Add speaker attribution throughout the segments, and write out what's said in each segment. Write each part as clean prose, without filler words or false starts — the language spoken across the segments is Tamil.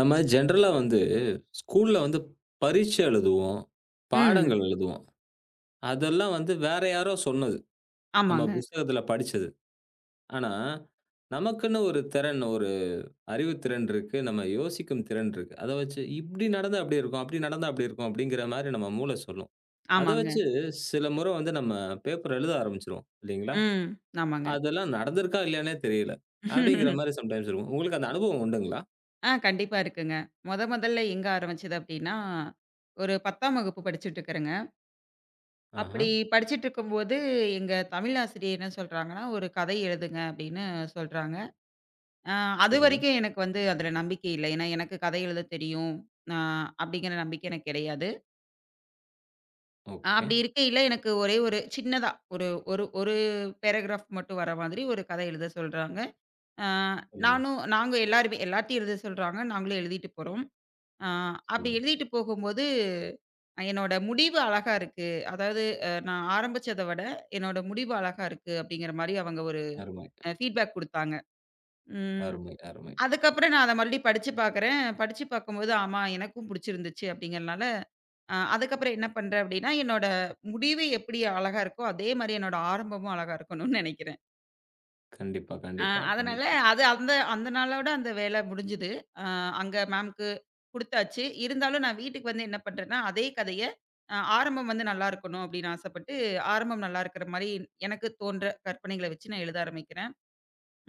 Speaker 1: நம்ம ஜென்ரலா வந்து ஸ்கூல்ல வந்து பரீட்சை எழுதுவோம்,
Speaker 2: ம்.
Speaker 1: பாடங்கள் எழுதுவோம். அதெல்லாம் வந்து வேற யாரோ சொன்னது. நம்ம
Speaker 2: ஆமாங்க,
Speaker 1: புஸ்தகத்துல படிச்சது. ஆனா, நமக்குன்னு ஒரு திறன், ஒரு அறிவுத்திறன் இருக்கு. நம்ம யோசிக்கும் திறன் இருக்கு. அத வச்சு இப்படி நடந்தா அப்படி இருக்கும், அப்படி நடந்தா அப்படி இருக்கும் அப்படிங்கிற மாரி நம்ம மூளை சொல்லும். அத
Speaker 2: ஆமாங்க.
Speaker 1: வச்சு சில முறை வந்து நம்ம பேப்பர் எழுத ஆரம்பிச்சுருவோம் இல்லைங்களா?
Speaker 2: ம். ஆமாங்க.
Speaker 1: அதெல்லாம் நடந்திருக்கா இல்லையான்னே தெரியல. அப்படிங்கிற மாரி சம்டைம்ஸ் இருக்கும். உங்களுக்கு அந்த அனுபவம் உண்டுங்களா?
Speaker 2: கண்டிப்பா இருக்குங்க. மொதல்ல எங்க ஆரம்பிச்சது அப்டின்னா, ஒரு 10ஆம் வகுப்பு படிச்சுட்டு இருக்கிறேங்க. அப்படி
Speaker 1: ஆஹ.
Speaker 2: படிச்சுட்டு இருக்கும்போது, எங்க தமிழ் ஆசிரியர் என்ன சொல்றாங்கன்னா, "ஒரு கதை எழுதுங்க" அப்படின்னு சொல்றாங்க. அ
Speaker 1: சரிங்க.
Speaker 2: அதுவரைக்கும் எனக்கு வந்து அதுல நம்பிக்கை இல்ல. ஏன்னா, எனக்கு கதை எழுத தெரியும். அ அப்படிங்கிற நம்பிக்கை எனக்கு கிடையாது.
Speaker 1: ஓகே.
Speaker 2: அப்படி இருக்கையில எனக்கு ஒரே ஒரு சின்னதா ஒரு ஒரு ஒரு பேராகிராஃப் மட்டும் வர மாதிரி ஒரு கதை எழுத சொல்றாங்க. ஆ
Speaker 1: சொல்லுங்க,
Speaker 2: நானும் நாங்க எல்லாருமே எல்லார்ட்டயும் எழுத சொல்றாங்க. நாங்களும் எழுதிட்டு போறோம். ஆ அப்படி
Speaker 1: சொல்லுங்க.
Speaker 2: எழுதிட்டு போகும்போது, "என்னோட முடிவு அழகா இருக்கு. அதாவது நான் ஆரம்பிச்சத விட, என்னோட முடிவு அழகா இருக்கு." அப்படிங்கிற மாரி அவங்க ஒரு
Speaker 1: அருமை.
Speaker 2: ஃபீட்பேக் குடுத்தாங்க. ம்.
Speaker 1: அருமை, அருமை.
Speaker 2: அதுக்கப்புறம் நான் அத மறுபடியும் படிச்சு பார்க்குறேன். படிச்சு பார்க்கும்போது, ஆமா எனக்கும் புடிச்சிருந்துச்சு அப்படிங்கிறனால, அதுக்கப்புறம் என்ன பண்றேன் அப்படின்னா, என்னோட முடிவு எப்படி அழகா இருக்கோ, அதே மாரி என்னோட ஆரம்பமும் அழகா இருக்கணும்னு நெனைக்கிறேன்.
Speaker 1: கண்டிப்பா, கண்டிப்பா.
Speaker 2: அதனால அது அந்த அந்த நாளோட அந்த வேலை முடிஞ்சுது. அ அங்க மேம்க்கு குடுத்தாச்சு. இருந்தாலும் நான் வீட்டுக்கு வந்து என்ன பண்றேன்னா, அதே கதைய ஆரம்பம் வந்து நல்லா இருக்கணும் அப்படின்னு ஆசைப்பட்டு, ஆரம்பம் நல்லா இருக்கிற மாரி எனக்கு தோன்ற கற்பனைகள வச்சு நான் எழுத ஆரம்பிக்கிறேன்.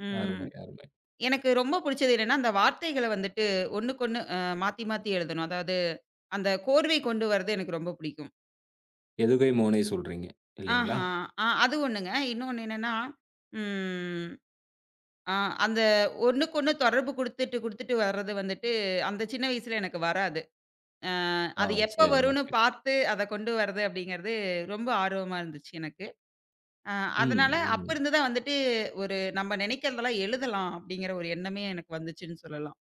Speaker 2: ம்
Speaker 1: அருமை, அருமை.
Speaker 2: எனக்கு ரொம்ப புடிச்சது என்னன்னா, அந்த வார்த்தைகள வந்துட்டு ஒண்ணுக்கொண்ணு மாத்தி மாத்தி எழுதணும். அதாவது அந்த கோர்வை கொண்டு வரது எனக்கு ரொம்ப பிடிக்கும்.
Speaker 1: எதுகை மோனை சொல்றீங்க இல்லைங்களா?
Speaker 2: ஆஹா! அது ஒண்ணுங்க. இன்னொன்னு என்னன்னா, ம். ஆ அந்த ஒண்ணுக்கொண்ணு தொடர்பு குடுத்துட்டு, குடுத்துட்டு வர்றது வந்துட்டு, அந்த சின்ன வயசுல எனக்கு வராது. அ
Speaker 1: ஆ
Speaker 2: அது எப்ப
Speaker 1: சரி,
Speaker 2: வரும்னு
Speaker 1: ஓகே.
Speaker 2: பார்த்து அத கொண்டு வர்றது அப்படிங்கிறது ரொம்ப ஆர்வமா இருந்துச்சு எனக்கு. அ
Speaker 1: ம்,
Speaker 2: அதனால அப்ப
Speaker 1: ம்.
Speaker 2: இருந்து தான் வந்துட்டு ஒரு நம்ம நினைக்கிறதெல்லாம் எழுதலாம் அப்படிங்கிற ஒரு எண்ணமே எனக்கு வந்துச்சுன்னு சொல்லலாம்.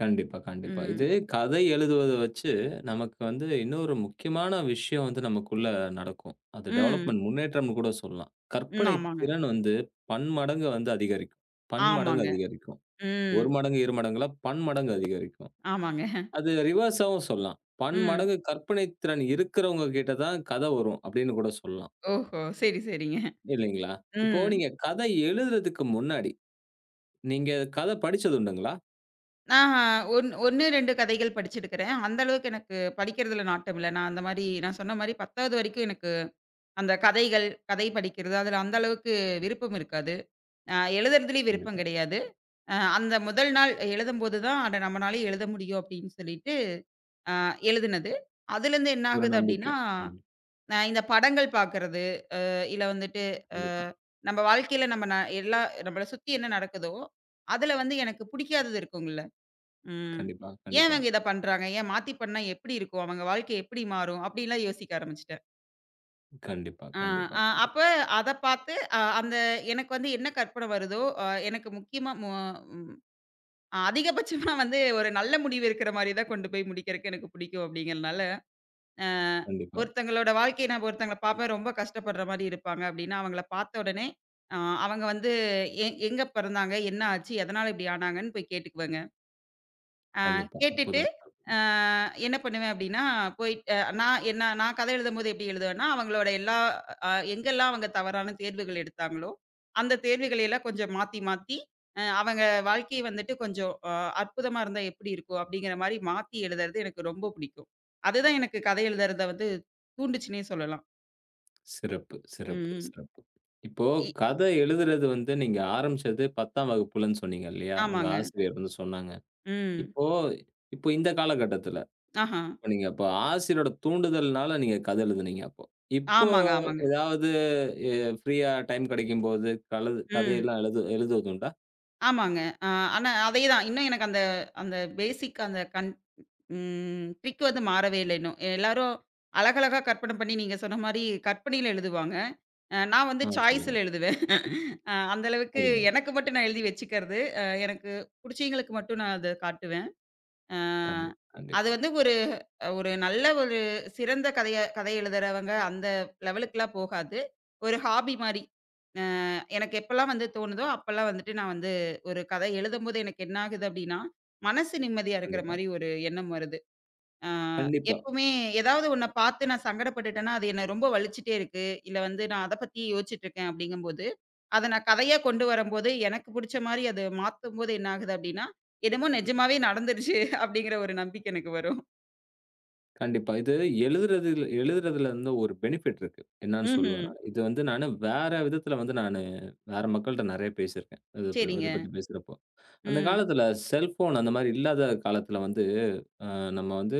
Speaker 1: கண்டிப்பா, கண்டிப்பா. இது
Speaker 2: ம்.
Speaker 1: கதை எழுதுவத வச்சு நமக்கு வந்து இன்னொரு முக்கியமான விஷயம் வந்து நமக்குள்ள நடக்கும். அது
Speaker 2: ம்.
Speaker 1: டெவலப்மென்ட் முன்னேற்றம்னு கூட சொல்லலாம்.
Speaker 2: ம்.
Speaker 1: கற்பனை
Speaker 2: ஆமாங்க.
Speaker 1: திறன் வந்து பன்மடங்கு வந்து அதிகரிக்கும். பன்மடங்கு
Speaker 2: ஆமாங்க.
Speaker 1: அதிகரிக்கும்.
Speaker 2: ம்.
Speaker 1: 1 மடங்கு, 2 மடங்குல பன்மடங்கு அதிகரிக்கும்.
Speaker 2: ஆமாங்க.
Speaker 1: அது ரிவர்ஸாவும் சொல்லலாம்.
Speaker 2: ம்.
Speaker 1: பன்மடங்கு கற்பனை திறன் இருக்கிறவங்க கிட்ட தான் கதை வரும் அப்படின்னு கூட சொல்லலாம்.
Speaker 2: ஓஹோ! சரி, சரிங்க.
Speaker 1: இல்லைங்களா? இப்போ
Speaker 2: ம்.
Speaker 1: நீங்க கதை எழுதுறதுக்கு முன்னாடி, நீங்க கதை படிச்சது உண்டுங்களா?
Speaker 2: நான் 1, 2 கதைகள் படிச்சிருக்கிறேன். அந்த அளவுக்கு எனக்கு படிக்கிறதுல நாட்டம் இல்ல. நான் சொன்ன மாரி 10வது வரைக்கும் எனக்கு அந்த கதைகள், கதை படிக்கிறது அதுல அந்த அளவுக்கு விருப்பம் இருக்காது. எழுதுறதுலயும் விருப்பம்
Speaker 1: கண்டிப்பா.
Speaker 2: கிடையாது. அந்த முதல் நாள் எழுதும்போது தான், அட நம்மனாலயும் எழுத முடியும் அப்படின்னு சொல்லிட்டு அ எழுதுனது. அதுலேருந்து என்ன
Speaker 1: ஒரு
Speaker 2: ஆகுது
Speaker 1: நம்பிக்கை.
Speaker 2: அப்படின்னா,
Speaker 1: ம்.
Speaker 2: நான் இந்த படங்கள் பார்க்கறது, இல்ல வந்துட்டு அ
Speaker 1: கண்டிப்பா.
Speaker 2: நம்ம வாழ்க்கையில நம்ம ந எல்லா நம்மள சுத்தி என்ன நடக்குதோ, அதுல வந்து எனக்கு புடிக்காதது இருக்குங்கள. ம்.
Speaker 1: கண்டிப்பா,
Speaker 2: ஏன்
Speaker 1: கண்டிப்பா.
Speaker 2: அவங்க இத பண்றாங்க? ஏன் மாத்தி பண்ணா எப்படி இருக்கும்? அவங்க வாழ்க்கை எப்படி மாறும்? அப்படிலாம் யோசிக்க ஆரம்பிச்சுட்டேன்.
Speaker 1: கண்டிப்பா,
Speaker 2: அ
Speaker 1: கண்டிப்பா,
Speaker 2: அ அப்ப
Speaker 1: கண்டிப்பா,
Speaker 2: அத பார்த்து அந்த எனக்கு வந்து என்ன கற்பனை வருதோ, அ எனக்கு முக்கியமா மு ம் ஆ, அதிகபட்சமா வந்து ஒரு நல்ல முடிவு இருக்கிற மாரி தான் கொண்டு போய் முடிக்கிறக்கு எனக்கு பிடிக்கும் அப்படிங்கிறனால, அ
Speaker 1: கண்டிப்பா,
Speaker 2: ஒருத்தங்களோட வாழ்க்கைய நான் ஒருத்தங்கள பார்ப்பேன் ரொம்ப கஷ்டப்படுற மாரி இருப்பாங்க அப்படின்னா, அவங்கள பார்த்த உடனே, அ அவங்க வந்து எங்க பிறந்தாங்க? என்ன ஆச்சு? எதனால இப்படி ஆனாங்கன்னு போய் கேட்டுக்குவேங்க.
Speaker 1: கண்டிப்பா.
Speaker 2: கேட்டுட்டு,
Speaker 1: அற்புதம்.
Speaker 2: அ என்ன பண்ணுவேன் அப்படின்னா, போயிட் அ நான் என்ன நான் கதை எழுதும்போது எப்படி எழுதுவேன்னா, அவங்களோட எல்லா அ எங்கெல்லாம் அவங்க தவறான தேர்வுகள் எடுத்தாங்களோ, அந்த தேர்வுகளை எல்லாம் கொஞ்சம் மாத்தி மாத்தி, அவங்க வாழ்க்கை வந்துட்டு கொஞ்சம் அற்புதமா இருந்தா எப்படி இருக்கும்? அப்படிங்கிற மாரி மாத்தி எழுதுறது எனக்கு ரொம்ப பிடிக்கும். அதுதான் எனக்கு கதை எழுதுறத வந்து தூண்டுச்சுன்னே சொல்லலாம்.
Speaker 1: சிறப்பு, சிறப்பு,
Speaker 2: ம், ம்.
Speaker 1: சிறப்பு. இப்போ
Speaker 2: இ
Speaker 1: கதை எழுதுறது வந்து நீங்க ஆரம்பிச்சது 10ஆம் வகுப்புலன்னு சொன்னீங்க இல்லையா? உங்க
Speaker 2: ஆமாங்க.
Speaker 1: ஆசிரியர் வந்து சொன்னாங்க.
Speaker 2: ம்.
Speaker 1: இப்போ இப்போ இந்த காலகட்டத்தில
Speaker 2: ஆஹா.
Speaker 1: நீங்க அப்ப ஆசிரியரோட தூண்டுதல்னால நீங்க கதை எழுதுனீங்க அப்போ. இப்போ
Speaker 2: ஆமாங்க, ஆமாங்க.
Speaker 1: ஏதாவது எ ஃப்ரீயா டைம் கிடைக்கும்போது கலது
Speaker 2: ம்.
Speaker 1: கதையெல்லாம் எழுது எழுதுவதுண்டா?
Speaker 2: ஆமாங்க. அ ஆனா அதேதான். இன்னும் எனக்கு அந்த அந்த பேசிக் அந்த கண் ம். ட்ரிக் வந்து மாறவே இல்ல இன்னும். எல்லாரும் அழகழகா கற்பனை பண்ணி நீங்க சொன்ன மாரி கற்பனையில எழுதுவாங்க. நான் வந்து
Speaker 1: ஆ சொல்லுங்க.
Speaker 2: சாய்ஸ்ல எழுதுவேன். அந்த அளவுக்கு
Speaker 1: சொல்லுங்க.
Speaker 2: எனக்கு மட்டும் நான் எழுதி வச்சுக்கிறது. எனக்கு புடிச்சவங்களுக்கு மட்டும் நான் அத காட்டுவேன். அ அது
Speaker 1: கண்டிப்பா,
Speaker 2: வந்து ஒரு ஒரு நல்ல ஒரு சிறந்த கதைய கதை எழுதுறவங்க அந்த லெவலுக்குலாம் போகாது. ஒரு ஹாபி மாரி. எனக்கு எப்பலாம் வந்து தோணுதோ, அப்பலாம் வந்துட்டு நான் வந்து ஒரு கதை எழுதும்போது எனக்கு என்ன ஆகுது அப்டின்னா, மனசு நிம்மதியா இருக்கிற
Speaker 1: கண்டிப்பா,
Speaker 2: மாரி ஒரு எண்ணம் வருது. ஆ,
Speaker 1: கண்டிப்பா,
Speaker 2: எப்பவுமே ஏதாவது ஒன்ன பார்த்து நான் சங்கடப்பட்டுட்டேன்னா, அது என்ன ரொம்ப வலிச்சுட்டே இருக்கு. இல்ல வந்து நான் அத பத்தி யோசிச்சுட்டுருக்கேன் அப்படிங்கும்போது, அத நான் கதையா கொண்டு வரும்போது, எனக்கு புடிச்ச மாரி அது மாத்தும்போது என்ன ஆகுது அப்படின்னா, என்னமோ நிஜமாவே நடந்துருச்சு அப்படிங்கிற ஒரு நம்பிக்கை எனக்கு வரும்.
Speaker 1: கண்டிப்பா. இது எழுதுறதுல எழுதுறதுல வந்து ஒரு பெனிஃபிட் இருக்கு. என்னான்னு சொல்லுவேன்
Speaker 2: ம்ஹ்ம்.
Speaker 1: நானு. இது வந்து நானு வேற விதத்துல வந்து நானு வேற மக்கள்ட்ட நெறைய பேசியிருக்கேன். இத
Speaker 2: சரிங்க.
Speaker 1: பத்தி பேசுறப்போ. அந்த
Speaker 2: ம்.
Speaker 1: காலத்துல செல்ஃபோன் அந்த மாரி இல்லாத காலத்துல வந்து, அ நம்ம வந்து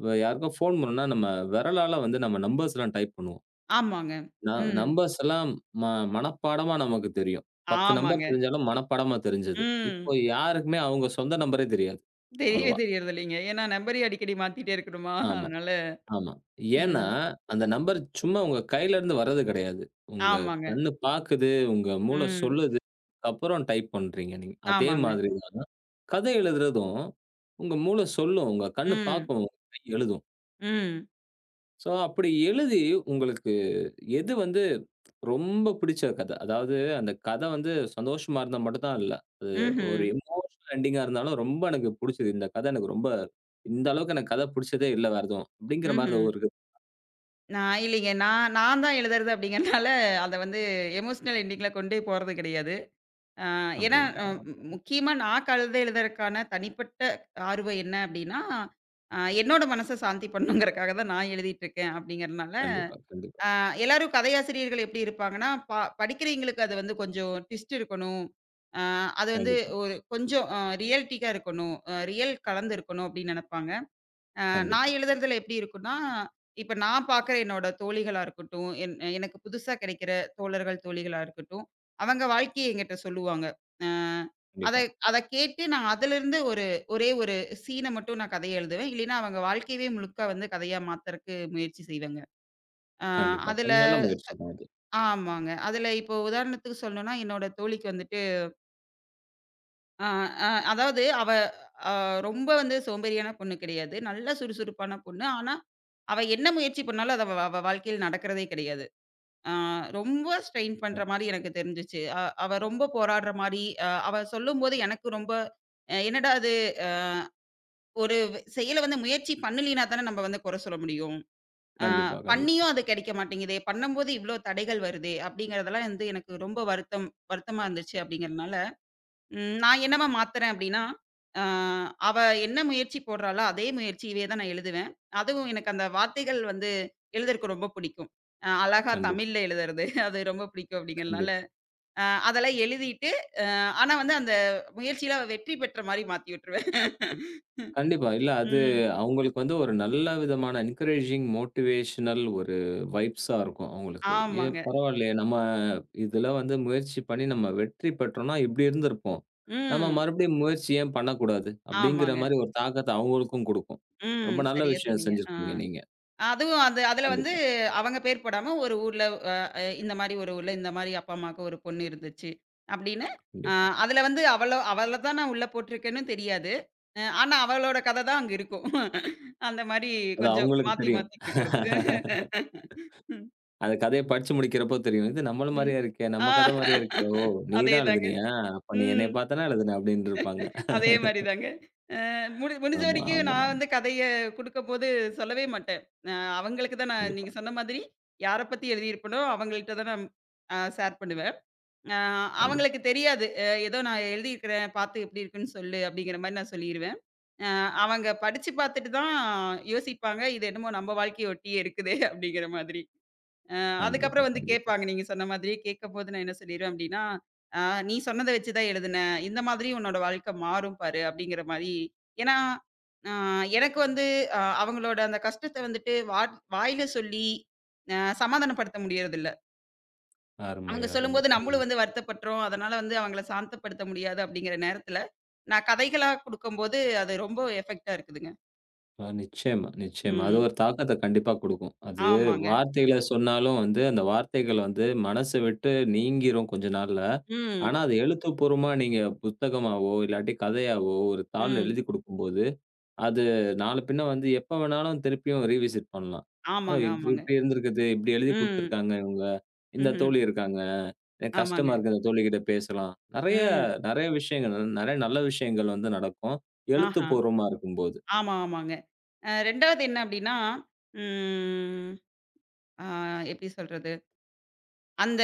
Speaker 1: இப்ப யாருக்கோ ஃபோன் பண்ணணும்னா, நம்ம விரலால வந்து நம்ம நம்பர்ஸ்லாம் டைப் பண்ணுவோம்.
Speaker 2: ஆமாங்க.
Speaker 1: ந
Speaker 2: ம்.
Speaker 1: நம்பர்ஸ் எல்லாம் ம மனப்பாடமா நமக்கு தெரியும். 10
Speaker 2: ஆமாங்க.
Speaker 1: நம்பர் தெரிஞ்சாலும் மனப்பாடமா தெரிஞ்சது.
Speaker 2: ம்.
Speaker 1: இப்போ யாருக்குமே அவங்க சொந்த நம்பரே தெரியாது.
Speaker 2: தெரியவே
Speaker 1: அவ்வளவா.
Speaker 2: தெரியறதில்லைங்க. ஏன்னா நம்பரே அடிக்கடி மாத்திட்டே இருக்கணுமா?
Speaker 1: ஆமா,
Speaker 2: அதனால
Speaker 1: ஆமா. ஏன்னா,
Speaker 2: ம்.
Speaker 1: அந்த நம்பர் சும்மா உங்க கையிலருந்து வர்றது கிடையாது. உங்க
Speaker 2: ஆமாங்க.
Speaker 1: கண்ணு பாக்குது, உங்க மூளை
Speaker 2: ம்.
Speaker 1: சொல்லுது. அப்புறம் டைப் பண்றீங்க நீங்க. அதே
Speaker 2: ஆமாங்க.
Speaker 1: மாதிரி தான் கதை எழுதுறதும், உங்க மூளை சொல்லும், உங்க கண்ணு
Speaker 2: ம்.
Speaker 1: பாக்கும், உங்க கை எழுதும்.
Speaker 2: ம்.
Speaker 1: ஸோ, அப்படி எழுதி உங்களுக்கு எது வந்து ரொம்ப பிடிச்ச கத? அதாவது அந்த கத வந்து சந்தோஷமா இருந்தா மட்டும் தான் இல்ல. அது
Speaker 2: ம்ஹ்ம்.
Speaker 1: ஒரு எமோஷனல் எண்டிங்கா இருந்தாலும் ரொம்ப எனக்கு புடிச்சது. இந்த கத எனக்கு ரொம்ப இந்த அளவுக்கு எனக்கு கத புடிச்சதே இல்ல வேற எதுவும். அப்படிங்கிற மாரி
Speaker 2: ம்ஹ்ம்.
Speaker 1: ஏதோ இருக்கு
Speaker 2: நான் இல்லைங்க. நான் நான் தான் எழுதுறது அப்படிங்கிறனால, அத வந்து எமோஷனல் எண்டிங்கில கொண்டே போறது கிடையாது. அ ஏன்னா
Speaker 1: அப்படிங்களா?
Speaker 2: முக்கியமா நான் கழுத எழுதுறதுக்கான தனிப்பட்ட ஆர்வம் என்ன அப்படின்னா, என்னோட மனச சாந்தி பண்ணணுங்கிறக்காக தான் நான் எழுதிட்டு இருக்கேன் அப்படிங்கிறனால,
Speaker 1: கண்டிப்பா, கண்டிப்பா,
Speaker 2: அ எல்லாரும் கதையாசிரியர்கள் எப்படி இருப்பாங்கன்னா, படிக்கிறவங்களுக்கு அது வந்து கொஞ்சம் ட்விஸ்ட் இருக்கணும். அ அது வந்து
Speaker 1: கண்டிப்பா,
Speaker 2: ஒரு கொஞ்சம் ரியாலிட்டிக்கா இருக்கணும். ரியல் கலந்து இருக்கணும் அப்படின்னு நெனைப்பாங்க. நான்
Speaker 1: கண்டிப்பா,
Speaker 2: எழுதுறதுல எப்படி இருக்கும்னா, இப்ப நான் பார்க்குற என்னோட தோழிகளா இருக்கட்டும், எனக்கு புதுசா கிடைக்கிற தோழர்கள், தோழிகளா இருக்கட்டும், அவங்க வாழ்க்கைய என்கிட்ட சொல்லுவாங்க. அ அத
Speaker 1: கண்டிப்பா,
Speaker 2: அத கேட்டு நான் அதிலிருந்து ஒரு ஒரே ஒரு சீன மட்டும் நான் கதையா எழுதுவேன். இல்லைன்னா அவங்க வாழ்க்கையவே முழுக்க வந்து கதையா மாத்தறக்கு முயற்சி செய்வேங்க. அ
Speaker 1: கண்டிப்பா.
Speaker 2: அதுல
Speaker 1: நல்ல முயற்சி
Speaker 2: சொ-
Speaker 1: தான் இது.
Speaker 2: ஆமாங்க. அதுல இப்போ உதாரணத்துக்கு சொல்லணும்னா, என்னோட தோழிக்கு வந்துட்டு அ அ அதாவது அவ அ ரொம்ப வந்து சோம்பேறியான பொண்ணு கிடையாது. நல்ல சுறுசுறுப்பான பொண்ணு. ஆனா அவ என்ன முயற்சி பண்ணாலும் அது அவ அவ வாழ்க்கையில நடக்கிறதே கிடையாது. ஆ ரொம்ப ஸ்ட்ரெயின் பண்ற மாரி எனக்கு தெரிஞ்சுச்சு. அவ ரொம்ப போராடுற மாரி, அவ சொல்லும்போது எனக்கு ரொம்ப என்னடா இது அ ஒரு செயல வந்து முயற்சி பண்ணலினா தானே நம்ம வந்து குறை சொல்ல முடியும். அ
Speaker 1: கண்டிப்பா, கண்டிப்பா,
Speaker 2: பண்ணியும் அது கிடைக்க மாட்டேங்குதே! பண்ணும்போது இவ்ளோ தடைகள் வருதே! அப்படிங்கிறதெல்லாம் வந்து எனக்கு ரொம்ப வருத்தமா இருந்துச்சு அப்படிங்கிறனால ம். நான் என்னவா மாத்துறேன் அப்டின்னா, அ அவ என்ன முயற்சி போடுறாளோ, அதே முயற்சியவே தான் நான் எழுதுவேன். அதுவும் எனக்கு அந்த வார்த்தைகள் வந்து எழுதுறக்கு ரொம்ப பிடிக்கும். அழகா
Speaker 1: கண்டிப்பா,
Speaker 2: தமிழ்ல எழுதுறது அது ரொம்ப பிடிக்கும் அப்டிங்கிறனால,
Speaker 1: கண்டிப்பா.
Speaker 2: அ அதெல்லாம் எழுதிட்டு, அ ஆனா வந்து அந்த முயற்சியில அவ வெற்றி பெற்ற மாரி மாத்தி விட்டுருவேன்.
Speaker 1: கண்டிப்பா. இல்ல அது
Speaker 2: ம்.
Speaker 1: அவங்களுக்கு வந்து ஒரு நல்ல விதமான என்கரேஜிங், மோட்டிவேஷனல் ஒரு வைப்ஸா இருக்கும் அவங்களுக்கு. ஏ
Speaker 2: ஆமாங்க.
Speaker 1: பரவாயில்லையே! நம்ம இதுல வந்து முயற்சி பண்ணி நம்ம வெற்றி பெற்றோம்னா, இப்படி இருந்திருப்போம். நம்ம
Speaker 2: ம்.
Speaker 1: மறுபடியும் முயற்சி ஏன் பண்ணக்கூடாது? அப்படிங்கிற
Speaker 2: ஆமாங்க.
Speaker 1: மாரி ஒரு தாக்கத்த அவங்களுக்கும் குடுக்கும்.
Speaker 2: ம்.
Speaker 1: ரொம்ப நல்ல
Speaker 2: சரியா
Speaker 1: விஷயம்
Speaker 2: சொன்னீங்க. ஆ.
Speaker 1: செஞ்சிருக்கீங்க நீங்க.
Speaker 2: அதுவும் அது அதுல வந்து
Speaker 1: கண்டிப்பா,
Speaker 2: அவங்க பேர் போடாம ஒரு ஊர்ல அ அ இந்த மாரி ஒரு ஊர்ல இந்த மாரி அப்பா, அம்மாவுக்கு ஒரு பொண்ணு இருந்துச்சு. அப்படின்னு அ
Speaker 1: கண்டிப்பா.
Speaker 2: அதுல வந்து அவள அவள தான் நான் உள்ள போட்டிருக்கேன்னு தெரியாது. ஆனா அவளோட கதை தான் அங்க இருக்கும். அந்த மாரி
Speaker 1: அது
Speaker 2: கொஞ்சம்
Speaker 1: அவங்களுக்கு
Speaker 2: மாத்தி
Speaker 1: தெரியும்.
Speaker 2: மாத்தி குடுக்கறது.
Speaker 1: அந்த கதைய படிச்சு முடிக்கிறப்போ தெரியும். இது நம்மள
Speaker 2: ம்.
Speaker 1: மாரியா இருக்கே!
Speaker 2: ஆ
Speaker 1: நம்ம கதை மாரியா இருக்கே! ஓ! நீ தான்
Speaker 2: அதேதாங்க.
Speaker 1: எழுதினியா? அப்ப நீ என்னைய
Speaker 2: ம்.
Speaker 1: பார்த்து தான எழுதின? அப்படின்னு இருப்பாங்க.
Speaker 2: அதே மாரி தாங்க. அ முடி முடிஞ்ச
Speaker 1: ஆமா,
Speaker 2: வரைக்கும்
Speaker 1: ஆமா.
Speaker 2: நான்
Speaker 1: ஆமா.
Speaker 2: வந்து கதைய குடுக்கும்போது சொல்லவே மாட்டேன். அ அவங்களுக்கு தான் நான்
Speaker 1: கண்டிப்பா,
Speaker 2: நீங்க சொன்ன மாதிரி யார பத்தி எழுதியிருப்பனோ, அவங்கள்ட்ட தான் நான் ஷேர் பண்ணுவேன். அ அவங்களுக்கு
Speaker 1: கண்டிப்பா.
Speaker 2: தெரியாது. ஏதோ நான் எழுதியிருக்கிறேன், பார்த்து எப்படி இருக்குன்னு சொல்லு அப்படிங்கிற மாரி நான் சொல்லிருவேன். அ அவங்க படிச்சு பார்த்துட்டு தான் யோசிப்பாங்க, இது என்னமோ நம்ம வாழ்க்கைய ஒட்டியே இருக்குதே அப்படிங்கிற மாதிரி.
Speaker 1: கண்டிப்பா,
Speaker 2: அதுக்கப்புறம் வந்து
Speaker 1: கண்டிப்பா.
Speaker 2: கேட்பாங்க. நீங்க சொன்ன மாதிரி. கேட்கும்போது நான் என்ன சொல்லிருவேன் அப்டின்னா, "ஆ நீ சொன்னத வச்சு தான் எழுதுனேன். இந்த மாதிரி உன்னோட வாழ்க்கை மாறும் பாரு" அப்டிங்கிற மாரி. ஏன்னா, ஆ எனக்கு வந்து அவங்களோட அந்த கஷ்டத்த வந்துட்டு வாட் வாயில சொல்லி அ சமாதானப்படுத்த முடியறதில்ல.
Speaker 1: அருமை,
Speaker 2: அவங்க
Speaker 1: அருமை.
Speaker 2: சொல்லும்போது நம்மளும்
Speaker 1: ம்.
Speaker 2: வந்து வருத்தப்பட்டுறோம். அதனால வந்து அவங்கள சாந்தப்படுத்த முடியாது அப்படிங்கிற நேரத்தில, நான் கதைகளா குடுக்கும்போது அது ரொம்ப எஃபெக்ட்டா இருக்குதுங்க.
Speaker 1: நிச்சயமா, நிச்சயமா. அது
Speaker 2: ம்.
Speaker 1: ஒரு தாக்கத்த கண்டிப்பா குடுக்கும். அது
Speaker 2: ஆமாங்க.
Speaker 1: வார்த்தைகள சொன்னாலும் வந்து, அந்த வார்த்தைகள் வந்து மனச விட்டு நீங்கிரும் கொஞ்ச நாள்ல.
Speaker 2: ம்.
Speaker 1: ஆனா, அது எழுத்துப்பூர்வமா நீங்க புத்தகமாவோ, இல்லாட்டி கதையாவோ, ஒரு தாள்ல
Speaker 2: ம்.
Speaker 1: எழுதி குடுக்கும்போது அது நாள பின்ன வந்து எப்ப வேணாலும் திருப்பியும் ரீவிசிட் பண்ணலாம். "ஓ!
Speaker 2: ஆமாங்க,
Speaker 1: இப்டி
Speaker 2: ஆமாங்க.
Speaker 1: இப்டி இருந்திருக்குது. இப்டி எழுதி
Speaker 2: ம்.
Speaker 1: குடுத்துருக்காங்க இவுங்க. இந்த
Speaker 2: ம்ஹ்ம்.
Speaker 1: தோழி இருக்காங்க. எனக்கு
Speaker 2: ஆமாங்க.
Speaker 1: கஷ்டமா இருக்கு இந்த தோழிகிட்ட பேசலாம்." நெறைய
Speaker 2: ம்.
Speaker 1: நெறைய விஷயங்கள், நெறைய நல்ல விஷயங்கள் வந்து நடக்கும்.
Speaker 2: ஆஹா!
Speaker 1: எழுத்துப்பூர்வமா இருக்கும்போது.
Speaker 2: ஆமா, ஆமாங்க. 2வது என்ன அப்டின்னா, ம் ஆ எப்டி சொல்றது? அந்த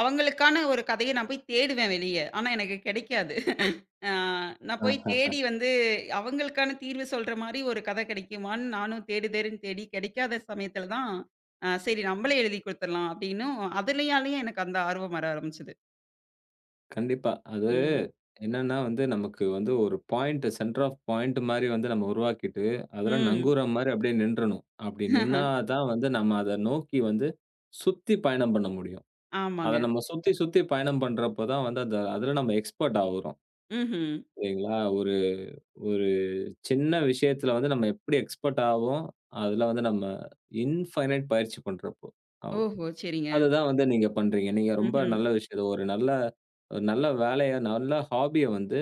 Speaker 2: அவங்களுக்கான ஒரு கதைய நான் போய் தேடுவேன் வெளிய. ஆனா எனக்கு கெடைக்காது. ஆ நான் போய்
Speaker 1: ஆஹ.
Speaker 2: தேடி வந்து அவங்களுக்கான தீர்வு சொல்ற மாரி ஒரு கதை கெடைக்குமான்னு நானும் தேடு தேடுன்னு தேடி கெடைக்காத சமயத்துல தான், சரி நம்மளே எழுதி குடுத்துர்லாம் அப்டின்னும் அதுலயாலயும் எனக்கு அந்த ஆர்வம் வர ஆரம்பிச்சது.
Speaker 1: கண்டிப்பா. அது
Speaker 2: ம்.
Speaker 1: என்னன்னா வந்து நமக்கு வந்து ஒரு பாயிண்ட் சென்டர் ஆஃப் பாயிண்ட் மாரி வந்து நம்ம உருவாக்கிட்டு, அதுல
Speaker 2: ம்.
Speaker 1: நங்கூரம் மாரி அப்டியே நின்றணும். அப்டி நின்னா தான் வந்து நம்ம அத நோக்கி வந்து சுத்தி பயணம் பண்ண முடியும். அத
Speaker 2: ஆமாங்க.
Speaker 1: நம்ம சுத்தி, சுத்தி பயணம் பண்றப்ப தான் வந்து அந்த அதுல நம்ம எக்ஸ்பர்ட் ஆவுறோம்.
Speaker 2: ம்ஹ்ம்.
Speaker 1: இல்லைங்களா? ஒரு ஒரு சின்ன விஷயத்துல வந்து நம்ம எப்படி எக்ஸ்பர்ட் ஆவோம், அதுல வந்து நம்ம இன்ஃபைனைட் பயிற்சி பண்றப்போ. ஆவும்.
Speaker 2: ஓஹோ! சரிங்க.
Speaker 1: அதுதான் வந்து நீங்க பண்றீங்க. நீங்க ரொம்ப
Speaker 2: ம்ஹ்ம்.
Speaker 1: நல்ல விஷயம். இது ஒரு நல்ல ஒரு நல்ல வேலைய, நல்ல ஹாபிய வந்து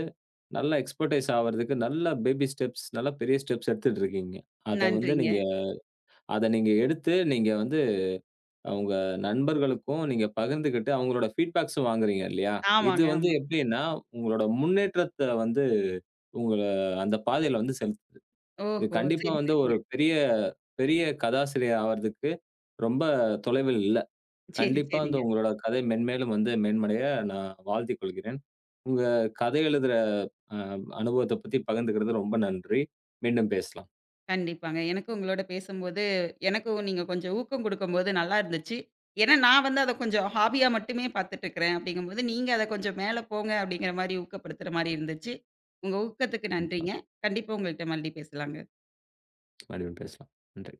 Speaker 1: நல்ல எக்ஸ்பர்டைஸ் ஆவறதுக்கு நல்ல பேபி ஸ்டெப்ஸ், நல்ல பெரிய ஸ்டெப்ஸ் எடுத்துட்டு இருக்கீங்க. அத வந்து
Speaker 2: நன்றிங்க.
Speaker 1: நீங்க அத நீங்க எடுத்து நீங்க வந்து உங்க நண்பர்களுக்கும் நீங்க பகிர்ந்துகிட்டு அவங்களோட ஃபீட்பேக்ஸும் வாங்குறீங்க இல்லையா? இது
Speaker 2: ஆமாங்க,
Speaker 1: வந்து
Speaker 2: ஆமா.
Speaker 1: எப்படின்னா, உங்களோட முன்னேற்றத்த வந்து உங்கள அந்த பாதையில வந்து செலுத்துது. இது
Speaker 2: ஓஹோ!
Speaker 1: கண்டிப்பா
Speaker 2: சரி,
Speaker 1: வந்து
Speaker 2: சரிங்க.
Speaker 1: ஒரு பெரிய பெரிய கதாசிரியர் ஆவறதுக்கு ரொம்ப தொலைவில் இல்ல.
Speaker 2: சரி,
Speaker 1: கண்டிப்பா வந்து
Speaker 2: சரிங்க.
Speaker 1: உங்களோட கதை மென்மேலும் வந்து மேன்மடைய நான் வாழ்த்திக் கொள்கிறேன். உங்க கதை எழுதுற அ அனுபவத்த பத்தி பகிர்ந்துக்கிறது ரொம்ப நன்றி. மீண்டும் பேசலாம்.
Speaker 2: கண்டிப்பாங்க. எனக்கும் உங்களோட பேசும்போது, எனக்கும் நீங்க கொஞ்சம் ஊக்கம் குடுக்கும்போது நல்லா இருந்துச்சு. ஏன்னா நான் வந்து அத கொஞ்சம் ஹாபியா மட்டுமே பார்த்துட்டுருக்கிறேன் அப்படிங்கும்போது, நீங்க அத கொஞ்சம் மேல போங்க அப்படிங்கிற மாரி ஊக்கப்படுத்துற மாரி இருந்துச்சு. உங்க ஊக்கத்துக்கு
Speaker 1: கண்டிப்பா.
Speaker 2: நன்றிங்க. கண்டிப்பா உங்கள்ட்ட மறுபடியும் பேசலாங்க.
Speaker 1: மறுபடியும் பேசலாம். நன்றி.